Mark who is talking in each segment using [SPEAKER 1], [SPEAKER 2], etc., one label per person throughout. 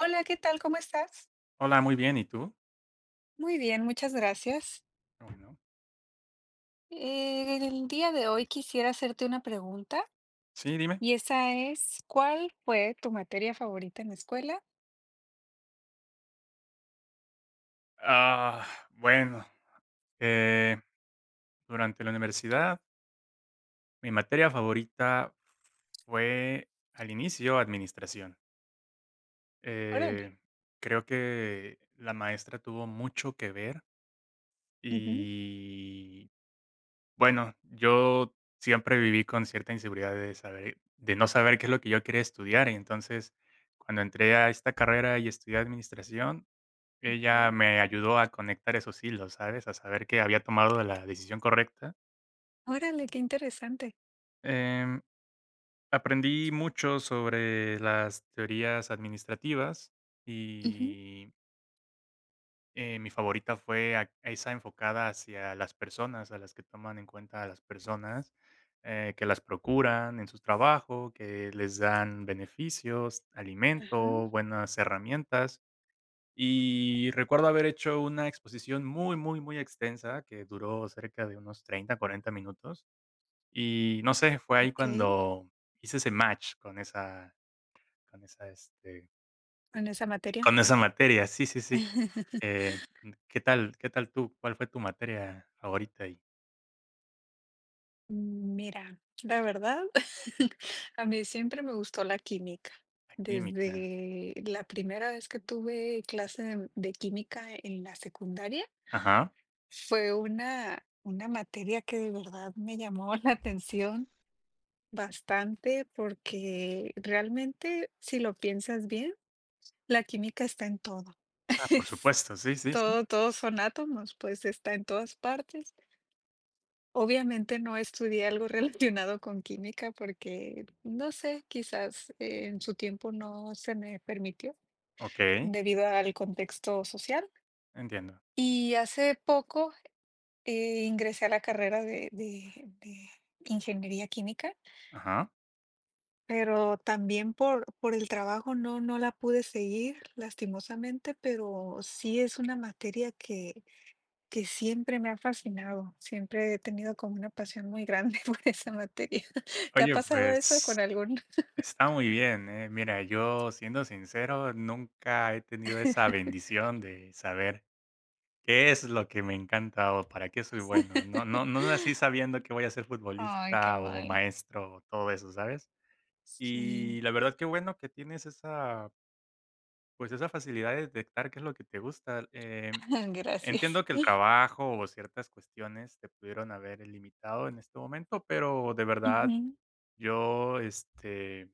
[SPEAKER 1] Hola, ¿qué tal? ¿Cómo estás?
[SPEAKER 2] Hola, muy bien, ¿y tú?
[SPEAKER 1] Muy bien, muchas gracias.
[SPEAKER 2] Qué bueno.
[SPEAKER 1] El día de hoy quisiera hacerte una pregunta
[SPEAKER 2] Sí, dime.
[SPEAKER 1] y esa es, ¿cuál fue tu materia favorita en la escuela?
[SPEAKER 2] Ah, bueno, eh, durante la universidad, mi materia favorita fue al inicio administración.
[SPEAKER 1] Órale.
[SPEAKER 2] Eh, creo que la maestra tuvo mucho que ver
[SPEAKER 1] Ujú.
[SPEAKER 2] y bueno, yo siempre viví con cierta inseguridad de saber, de no saber qué es lo que yo quería estudiar. Y entonces, cuando entré a esta carrera y estudié administración,
[SPEAKER 1] Ok,
[SPEAKER 2] ella me ayudó a conectar esos hilos, ¿sabes? A saber que había tomado la decisión correcta.
[SPEAKER 1] órale, qué interesante.
[SPEAKER 2] Em, aprendí mucho sobre las teorías administrativas
[SPEAKER 1] Ujú,
[SPEAKER 2] y mi favorita fue esa enfocada hacia las personas, a las que toman en cuenta a las personas, que las procuran en su trabajo, que les dan beneficios,
[SPEAKER 1] ajá,
[SPEAKER 2] alimento, buenas herramientas. Y recuerdo haber hecho una exposición muy, muy, muy extensa que duró cerca de unos 30 40 minutos. Y no sé, fue ahí
[SPEAKER 1] ok,
[SPEAKER 2] cuando hice ese match con esa con esa, este,
[SPEAKER 1] en esa materia.
[SPEAKER 2] con esa materia. Sí, sí, sí. Eh, ¿qué tal tú? ¿Cuál fue tu materia favorita ahí?
[SPEAKER 1] Mira, la verdad, a mí siempre me gustó la química.
[SPEAKER 2] La química.
[SPEAKER 1] Desde la primera vez que tuve clase de química en la secundaria,
[SPEAKER 2] Ajá.
[SPEAKER 1] fue una materia que de verdad me llamó la atención bastante porque realmente, si lo piensas bien, la química está en todo.
[SPEAKER 2] Ah, por
[SPEAKER 1] Es
[SPEAKER 2] supuesto. Sí, sí, sí.
[SPEAKER 1] todo, todos son átomos, pues está en todas partes. Obviamente no estudié algo relacionado con química porque, no sé, quizás en su tiempo no se me permitió
[SPEAKER 2] Okey,
[SPEAKER 1] debido al contexto social.
[SPEAKER 2] entiendo.
[SPEAKER 1] Y hace poco ingresé a la carrera de ingeniería química,
[SPEAKER 2] Ajá.
[SPEAKER 1] pero también por el trabajo no la pude seguir, lastimosamente, pero sí es una materia que siempre me ha fascinado. Siempre he tenido como una pasión muy grande por esa materia. ¿Te ha
[SPEAKER 2] Oye,
[SPEAKER 1] pasado eso
[SPEAKER 2] pues
[SPEAKER 1] con algún?
[SPEAKER 2] está muy bien, eh. Mira, yo siendo sincero, nunca he tenido esa bendición de saber qué es lo que me encanta o para qué soy bueno. No, no, no nací sabiendo que voy a ser
[SPEAKER 1] Ay, qué
[SPEAKER 2] futbolista o
[SPEAKER 1] mal.
[SPEAKER 2] maestro o todo eso, ¿sabes?
[SPEAKER 1] Sí,
[SPEAKER 2] Y la verdad, qué bueno que tienes esa, pues, esa facilidad de detectar qué es lo que te gusta. Em,
[SPEAKER 1] gracias.
[SPEAKER 2] entiendo que el trabajo o ciertas cuestiones te pudieron haber limitado en este momento, pero de verdad
[SPEAKER 1] Ujú.
[SPEAKER 2] yo,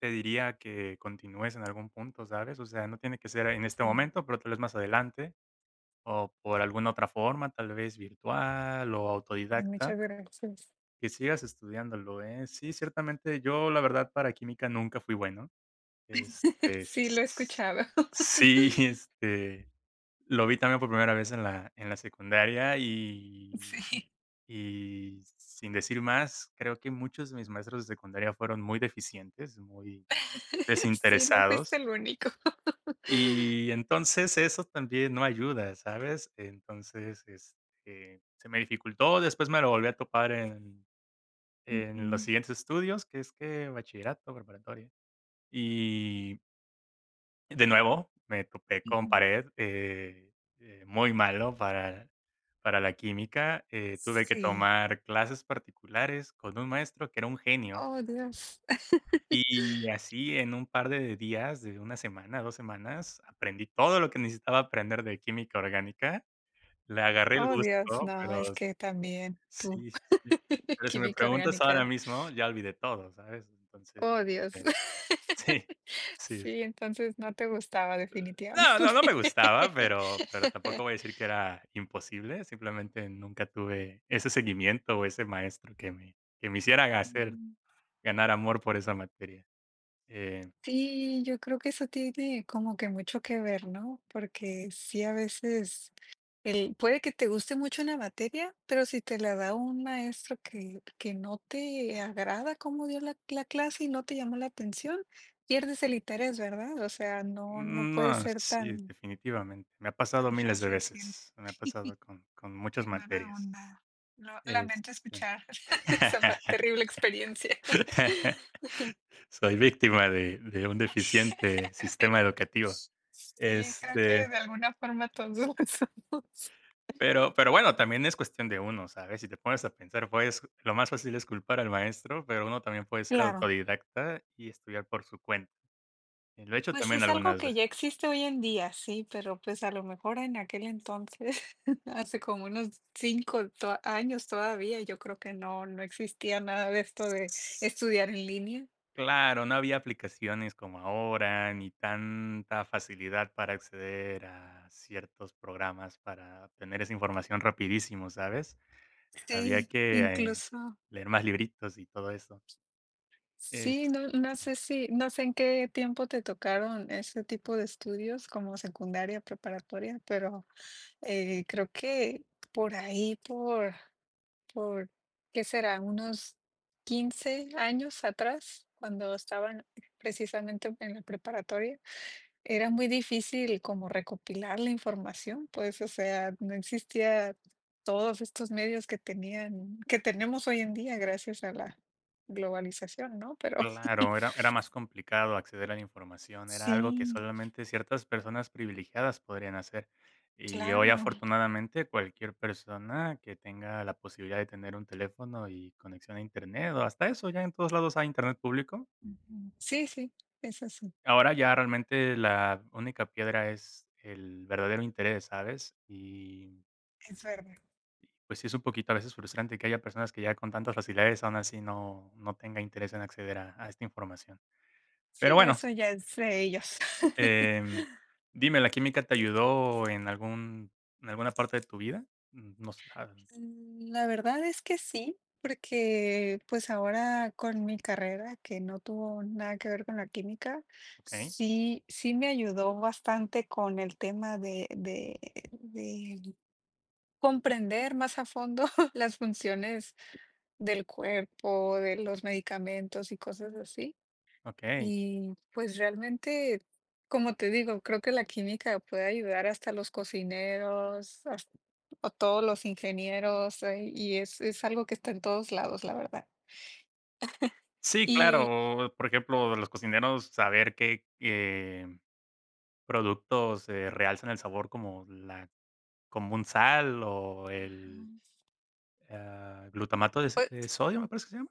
[SPEAKER 2] te diría que continúes en algún punto, ¿sabes? O sea, no tiene que ser en este
[SPEAKER 1] Sí,
[SPEAKER 2] momento, pero tal vez más adelante, o por alguna otra forma, tal vez virtual o
[SPEAKER 1] muchas
[SPEAKER 2] autodidacta,
[SPEAKER 1] gracias.
[SPEAKER 2] que sigas estudiándolo, ¿eh? Sí, ciertamente, yo la verdad para química nunca fui bueno. Este, s-
[SPEAKER 1] Sí, lo he escuchado.
[SPEAKER 2] sí, lo vi también por primera vez en la, secundaria y,
[SPEAKER 1] Sí.
[SPEAKER 2] y sin decir más, creo que muchos de mis maestros de secundaria fueron muy deficientes, muy
[SPEAKER 1] Sí, no fuiste
[SPEAKER 2] desinteresados.
[SPEAKER 1] el único.
[SPEAKER 2] Y entonces eso también no ayuda, ¿sabes? Entonces, se me dificultó, después me lo volví a topar en los
[SPEAKER 1] Ujú,
[SPEAKER 2] siguientes estudios, que es que bachillerato, preparatoria. Y de nuevo me topé
[SPEAKER 1] ujú,
[SPEAKER 2] con pared, muy malo para la química, tuve que
[SPEAKER 1] sí.
[SPEAKER 2] tomar clases particulares con un maestro que era un genio.
[SPEAKER 1] Oh, Dios.
[SPEAKER 2] Y así en un par de días, de una semana, 2 semanas, aprendí todo lo que necesitaba aprender de química orgánica. Le agarré el
[SPEAKER 1] Oh, Dios,
[SPEAKER 2] gusto,
[SPEAKER 1] no,
[SPEAKER 2] pero
[SPEAKER 1] es que también tú,
[SPEAKER 2] sí, sí, sí. Pero si me
[SPEAKER 1] química
[SPEAKER 2] preguntas ahora
[SPEAKER 1] orgánica.
[SPEAKER 2] mismo, ya olvidé todo, ¿sabes? Entonces,
[SPEAKER 1] Oh, Dios.
[SPEAKER 2] eh, sí, sí.
[SPEAKER 1] Sí, entonces no te gustaba definitivamente.
[SPEAKER 2] No, no, no me gustaba, pero tampoco voy a decir que era imposible, simplemente nunca tuve ese seguimiento o ese maestro que me hiciera hacer
[SPEAKER 1] Ujú.
[SPEAKER 2] ganar amor por esa materia. Eh
[SPEAKER 1] Sí, yo creo que eso tiene como que mucho que ver, ¿no? Porque sí, a veces el puede que te guste mucho una materia, pero si te la da un maestro que no te agrada cómo dio la clase y no te llamó la atención, pierdes el interés, ¿verdad? O sea, no puede
[SPEAKER 2] No,
[SPEAKER 1] ser
[SPEAKER 2] sí,
[SPEAKER 1] tan
[SPEAKER 2] definitivamente. Me ha pasado
[SPEAKER 1] tan
[SPEAKER 2] miles de
[SPEAKER 1] fácil siempre.
[SPEAKER 2] veces. Me ha pasado con
[SPEAKER 1] Qué
[SPEAKER 2] muchas
[SPEAKER 1] mala
[SPEAKER 2] materias.
[SPEAKER 1] onda. Lo
[SPEAKER 2] Este
[SPEAKER 1] lamento escuchar esa pa terrible experiencia.
[SPEAKER 2] Soy víctima de un deficiente sistema educativo.
[SPEAKER 1] Sí, creo que
[SPEAKER 2] Este,
[SPEAKER 1] de alguna forma todos lo somos.
[SPEAKER 2] pero bueno, también es cuestión de uno, ¿sabes? Si te pones a pensar, pues, lo más fácil es culpar al maestro, pero uno también puede ser
[SPEAKER 1] Claro.
[SPEAKER 2] autodidacta y estudiar por su cuenta. Y lo he hecho
[SPEAKER 1] Pues
[SPEAKER 2] también
[SPEAKER 1] es algo
[SPEAKER 2] algunas
[SPEAKER 1] que ya existe hoy en día, sí, pero pues a lo mejor en aquel entonces, hace como unos 5 to años todavía, yo creo que no, no existía nada de esto de
[SPEAKER 2] veces.
[SPEAKER 1] estudiar en línea.
[SPEAKER 2] Claro, no había aplicaciones como ahora, ni tanta facilidad para acceder a ciertos programas para obtener esa información rapidísimo, ¿sabes? Había
[SPEAKER 1] Sí,
[SPEAKER 2] que,
[SPEAKER 1] incluso
[SPEAKER 2] leer más libritos y todo eso. Es
[SPEAKER 1] sí, no no sé si no sé en qué tiempo te tocaron ese tipo de estudios como secundaria, preparatoria, pero, creo que por ahí por, ¿qué será? Unos 15 años atrás, cuando estaban precisamente en la preparatoria, era muy difícil como recopilar la información, pues, o sea, no existía todos estos medios que tenían, que tenemos hoy en día gracias a la globalización, ¿no? Pero
[SPEAKER 2] claro, era más complicado acceder a la información, era algo que
[SPEAKER 1] sí,
[SPEAKER 2] solamente ciertas personas privilegiadas podrían hacer. Y hoy,
[SPEAKER 1] claro.
[SPEAKER 2] afortunadamente, cualquier persona que tenga la posibilidad de tener un teléfono y conexión a Internet, o hasta eso, ya en todos lados hay Internet público.
[SPEAKER 1] Ujú. Sí, sí, eso sí,
[SPEAKER 2] Ahora ya realmente la única piedra es el verdadero interés, ¿sabes? Y,
[SPEAKER 1] es verdad.
[SPEAKER 2] pues, sí es un poquito a veces frustrante que haya personas que ya con tantas facilidades, aún así no tenga interés en acceder a esta información. Pero
[SPEAKER 1] Sí,
[SPEAKER 2] bueno,
[SPEAKER 1] eso ya es de ellos.
[SPEAKER 2] em, dime, ¿la química te ayudó en algún en alguna parte de tu vida? Mm, no sé, ah,
[SPEAKER 1] La verdad es que sí, porque pues ahora con mi carrera, que no tuvo nada que ver con la química,
[SPEAKER 2] ok,
[SPEAKER 1] sí, sí me ayudó bastante con el tema de comprender más a fondo las funciones del cuerpo, de los medicamentos y cosas así.
[SPEAKER 2] okey.
[SPEAKER 1] Y pues realmente, como te digo, creo que la química puede ayudar hasta los cocineros, hasta- o todos los ingenieros, y es algo que está en todos lados, la verdad.
[SPEAKER 2] Sí,
[SPEAKER 1] Y
[SPEAKER 2] claro, por ejemplo, los cocineros saber qué, productos, realzan el sabor como la Con Bunsal o
[SPEAKER 1] ajá,
[SPEAKER 2] el, ah, glutamato de s
[SPEAKER 1] pues
[SPEAKER 2] de sodio, me parece que se llama.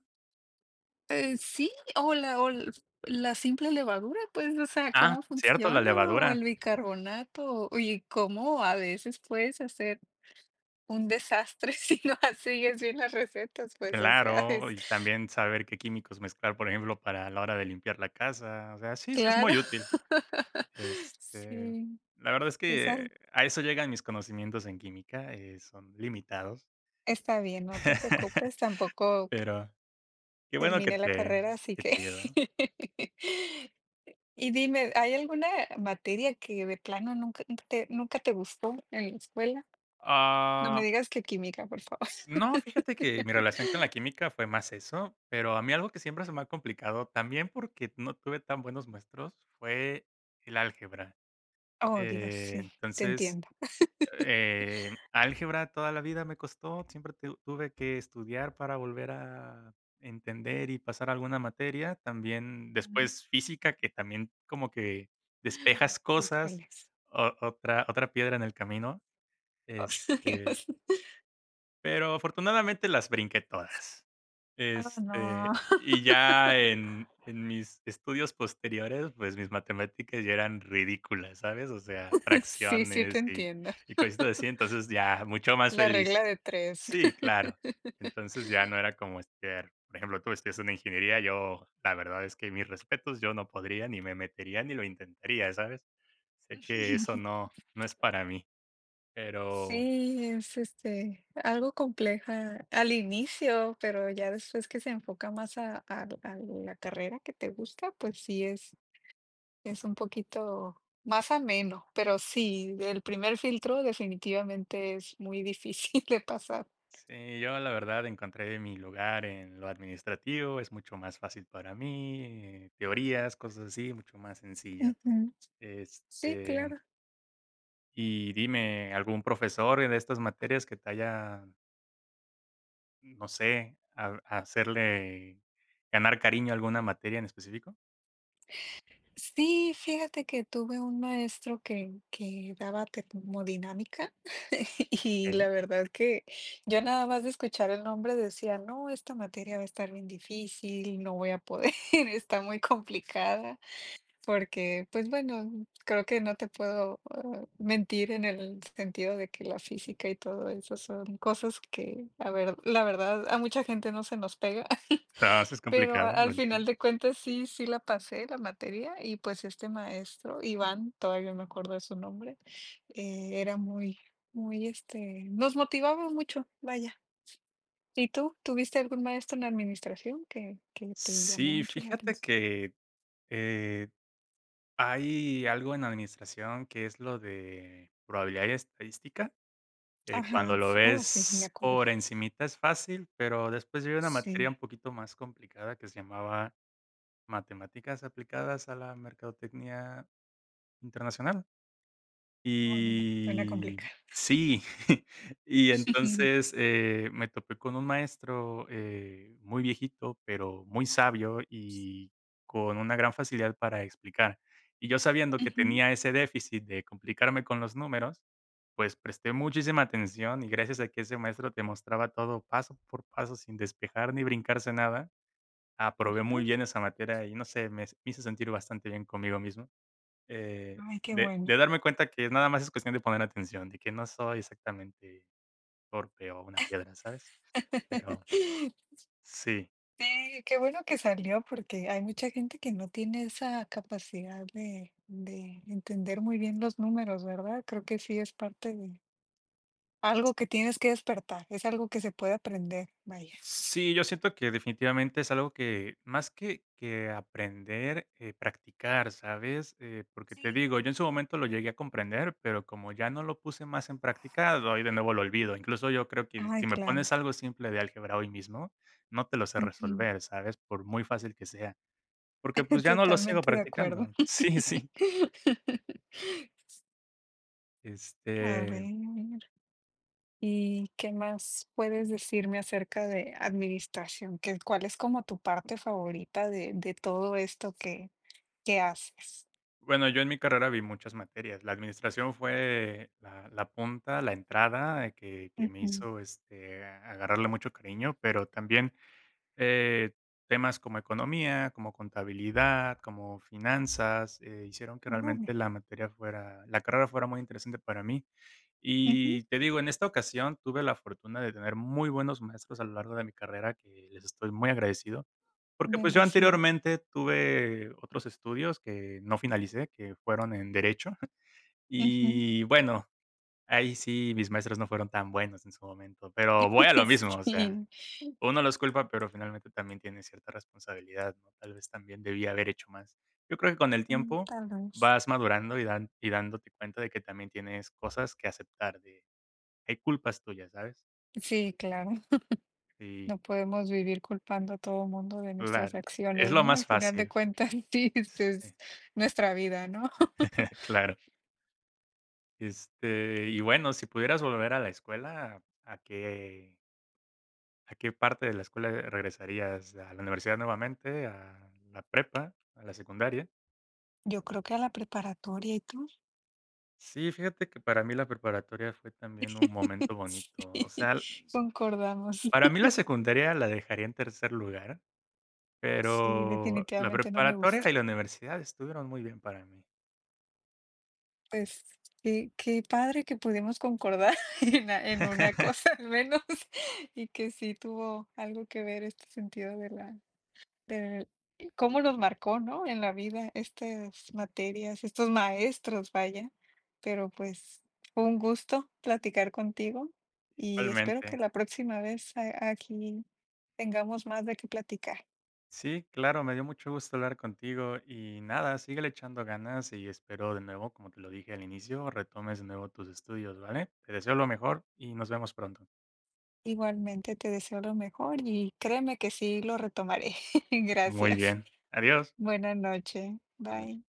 [SPEAKER 1] sí, o la, la simple levadura, pues, o sea,
[SPEAKER 2] Ah,
[SPEAKER 1] cómo
[SPEAKER 2] cierto, la
[SPEAKER 1] funciona, o el
[SPEAKER 2] levadura,
[SPEAKER 1] bicarbonato, y cómo a veces puedes hacer un desastre si no sigues bien las recetas, pues, o sea,
[SPEAKER 2] claro,
[SPEAKER 1] es
[SPEAKER 2] y también saber qué químicos mezclar, por ejemplo, para la hora de limpiar la casa, o sea, sí, sí es
[SPEAKER 1] claro.
[SPEAKER 2] muy útil. Este,
[SPEAKER 1] Sí.
[SPEAKER 2] la verdad es
[SPEAKER 1] Esa
[SPEAKER 2] que
[SPEAKER 1] l-
[SPEAKER 2] a eso llegan mis conocimientos en química, son limitados,
[SPEAKER 1] está bien, no te preocupes, tampoco c-
[SPEAKER 2] pero qué bueno que
[SPEAKER 1] terminé la
[SPEAKER 2] te
[SPEAKER 1] carrera, así
[SPEAKER 2] que
[SPEAKER 1] que...
[SPEAKER 2] te ayudó.
[SPEAKER 1] Y dime, ¿hay alguna materia que de plano nunca te, nunca te gustó en la escuela? No me
[SPEAKER 2] Ah,
[SPEAKER 1] digas que química, por favor.
[SPEAKER 2] No, fíjate que mi relación con la química fue más eso, pero a mí algo que siempre se me ha complicado, también porque no tuve tan buenos maestros, fue el álgebra.
[SPEAKER 1] Oh, Dios,
[SPEAKER 2] Eh,
[SPEAKER 1] sí, te
[SPEAKER 2] entonces,
[SPEAKER 1] entiendo.
[SPEAKER 2] álgebra toda la vida me costó, siempre tuve que estudiar para volver a entender y pasar alguna materia. También
[SPEAKER 1] Mm,
[SPEAKER 2] después física, que también como que despejas cosas,
[SPEAKER 1] híjoles.
[SPEAKER 2] otra piedra en el camino.
[SPEAKER 1] Oh,
[SPEAKER 2] Este,
[SPEAKER 1] Dios.
[SPEAKER 2] pero afortunadamente las brinqué todas.
[SPEAKER 1] Oh, no.
[SPEAKER 2] Y ya en mis estudios posteriores, pues, mis matemáticas ya eran ridículas, ¿sabes? O sea,
[SPEAKER 1] Sí, sí, te
[SPEAKER 2] fracciones y
[SPEAKER 1] entiendo.
[SPEAKER 2] y cositas así, entonces ya mucho más
[SPEAKER 1] La regla
[SPEAKER 2] feliz.
[SPEAKER 1] de tres.
[SPEAKER 2] Sí, claro. Entonces ya no era como estudiar, por ejemplo, tú estudias una ingeniería, yo la verdad es que mis respetos, yo no podría, ni me metería, ni lo intentaría, ¿sabes? Sé que eso no es para mí, pero
[SPEAKER 1] Sí, es este, algo compleja al inicio, pero ya después que se enfoca más a la carrera que te gusta, pues sí es un poquito más ameno, pero sí, el primer filtro definitivamente es muy difícil de pasar.
[SPEAKER 2] sí, yo la verdad encontré mi lugar en lo administrativo, es mucho más fácil para mí, teorías, cosas así, mucho más sencillo.
[SPEAKER 1] Ujú. Sí,
[SPEAKER 2] Este,
[SPEAKER 1] claro.
[SPEAKER 2] y dime, ¿algún profesor de estas materias que te haya, no sé, a hacerle ganar cariño a alguna materia en específico?
[SPEAKER 1] Sí, fíjate que tuve un maestro que daba termodinámica y
[SPEAKER 2] Okey.
[SPEAKER 1] la verdad que yo nada más de escuchar el nombre decía, no, esta materia va a estar bien difícil, no voy a poder, está muy complicada, porque pues bueno, creo que no te puedo mentir en el sentido de que la física y todo eso son cosas que, a ver, la verdad, a mucha gente no se nos pega.
[SPEAKER 2] No, sí es
[SPEAKER 1] Pero a
[SPEAKER 2] complicado, lo
[SPEAKER 1] al final
[SPEAKER 2] entiendo.
[SPEAKER 1] de cuentas sí, sí la pasé la materia y, pues, este maestro, Iván, todavía me acuerdo de su nombre, era muy muy, nos motivaba mucho, vaya. ¿Y tú? ¿Tuviste algún maestro en administración que te llamó
[SPEAKER 2] Sí,
[SPEAKER 1] mucho la
[SPEAKER 2] fíjate
[SPEAKER 1] atención?
[SPEAKER 2] que, eh, hay algo en administración que es lo de probabilidad y estadística. Eh,
[SPEAKER 1] Ajá,
[SPEAKER 2] cuando lo
[SPEAKER 1] sí, oh, sí, me
[SPEAKER 2] ves
[SPEAKER 1] acuerdo.
[SPEAKER 2] por encimita es fácil, pero después llevé una materia
[SPEAKER 1] Sí,
[SPEAKER 2] un poquito más complicada que se llamaba Matemáticas aplicadas a la mercadotecnia internacional.
[SPEAKER 1] oh, bien, suena
[SPEAKER 2] Y
[SPEAKER 1] complicado.
[SPEAKER 2] sí, y entonces me topé con un maestro muy viejito, pero muy sabio y con una gran facilidad para explicar. Y yo sabiendo que
[SPEAKER 1] Ujú,
[SPEAKER 2] tenía ese déficit de complicarme con los números, pues presté muchísima atención y gracias a que ese maestro te mostraba todo paso por paso sin despejar ni brincarse nada, aprobé
[SPEAKER 1] ajá.
[SPEAKER 2] muy bien esa materia y no sé, me hizo sentir bastante bien conmigo mismo. eh,
[SPEAKER 1] Ay, qué
[SPEAKER 2] de,
[SPEAKER 1] bueno.
[SPEAKER 2] de darme cuenta que nada más es cuestión de poner atención, de que no soy exactamente torpe o una piedra, ¿sabes? Pero sí.
[SPEAKER 1] Sí, qué bueno que salió porque hay mucha gente que no tiene esa capacidad de entender muy bien los números, ¿verdad? Creo que sí es parte de algo que tienes que despertar, es algo que se puede aprender, vaya.
[SPEAKER 2] Sí, yo siento que definitivamente es algo que más que aprender, practicar, ¿sabes? Porque te
[SPEAKER 1] Sí.
[SPEAKER 2] digo, yo en su momento lo llegué a comprender, pero como ya no lo puse más en práctica, doy de nuevo lo olvido. Incluso yo creo que
[SPEAKER 1] Ay,
[SPEAKER 2] si me
[SPEAKER 1] claro.
[SPEAKER 2] pones algo simple de álgebra hoy mismo, no te lo sé
[SPEAKER 1] Ujú.
[SPEAKER 2] resolver, ¿sabes? Por muy fácil que sea, porque pues ya no lo sigo
[SPEAKER 1] Totalmente de acuerdo.
[SPEAKER 2] practicando. Sí, sí.
[SPEAKER 1] A
[SPEAKER 2] Este,
[SPEAKER 1] ver, ¿y qué más puedes decirme acerca de administración? ¿Qué, cuál es como tu parte favorita de todo esto que haces?
[SPEAKER 2] Bueno, yo en mi carrera vi muchas materias. La administración fue la punta, la entrada, que me hizo, agarrarle mucho cariño, pero también, eh, temas como economía, como contabilidad, como finanzas, hicieron que
[SPEAKER 1] Órale.
[SPEAKER 2] realmente la carrera fuera muy interesante para mí.
[SPEAKER 1] Ujú.
[SPEAKER 2] Y te digo, en esta ocasión tuve la fortuna de tener muy buenos maestros a lo largo de mi carrera, que les estoy muy agradecido. Porque, pues, yo
[SPEAKER 1] Bendecido.
[SPEAKER 2] anteriormente tuve otros estudios que no finalicé, que fueron en derecho,
[SPEAKER 1] Ujú.
[SPEAKER 2] y bueno, ahí sí mis maestros no fueron tan buenos en su momento, pero voy a lo mismo, o sea,
[SPEAKER 1] Sí,
[SPEAKER 2] uno los culpa, pero finalmente también tiene cierta responsabilidad, ¿no? Tal vez también debía haber hecho más. Yo creo que con el
[SPEAKER 1] mm,
[SPEAKER 2] tiempo
[SPEAKER 1] tal vez.
[SPEAKER 2] vas madurando y dan y dándote cuenta de que también tienes cosas que aceptar, de hay culpas tuyas, ¿sabes?
[SPEAKER 1] Sí, claro.
[SPEAKER 2] Sí,
[SPEAKER 1] No podemos vivir culpando a todo mundo de nuestras
[SPEAKER 2] claro, es
[SPEAKER 1] acciones,
[SPEAKER 2] lo
[SPEAKER 1] ¿no? Al
[SPEAKER 2] más
[SPEAKER 1] final de
[SPEAKER 2] fácil.
[SPEAKER 1] cuentas, sí, este es
[SPEAKER 2] Sí,
[SPEAKER 1] nuestra vida, ¿no?
[SPEAKER 2] claro. Y bueno, si pudieras volver a la escuela, ¿a qué parte de la escuela regresarías? ¿A la universidad nuevamente? ¿A la prepa? ¿A la secundaria?
[SPEAKER 1] Yo creo que a la preparatoria, ¿y tú?
[SPEAKER 2] Sí, fíjate que para mí la preparatoria fue también un momento bonito. O
[SPEAKER 1] Sí,
[SPEAKER 2] sea,
[SPEAKER 1] concordamos.
[SPEAKER 2] para mí la secundaria la dejaría en tercer lugar,
[SPEAKER 1] Sí,
[SPEAKER 2] pero la
[SPEAKER 1] definitivamente no me
[SPEAKER 2] preparatoria
[SPEAKER 1] gustó.
[SPEAKER 2] y la universidad estuvieron muy bien para mí.
[SPEAKER 1] Pues, qué padre que pudimos concordar en a en una cosa al menos, y que sí tuvo algo que ver este sentido de la de cómo los marcó, ¿no?, en la vida estas materias, estos maestros, vaya. Pero, pues, fue un gusto platicar contigo y espero que
[SPEAKER 2] Igualmente.
[SPEAKER 1] la próxima vez a aquí tengamos más de qué platicar.
[SPEAKER 2] Sí, claro, me dio mucho gusto hablar contigo y nada, síguele echando ganas y espero de nuevo, como te lo dije al inicio, retomes de nuevo tus estudios, ¿vale? Te deseo lo mejor y nos vemos pronto.
[SPEAKER 1] Igualmente te deseo lo mejor y créeme que sí lo retomaré.
[SPEAKER 2] Muy
[SPEAKER 1] Gracias.
[SPEAKER 2] bien, adiós.
[SPEAKER 1] Buenas noches.
[SPEAKER 2] Nos
[SPEAKER 1] Bye.
[SPEAKER 2] vemos.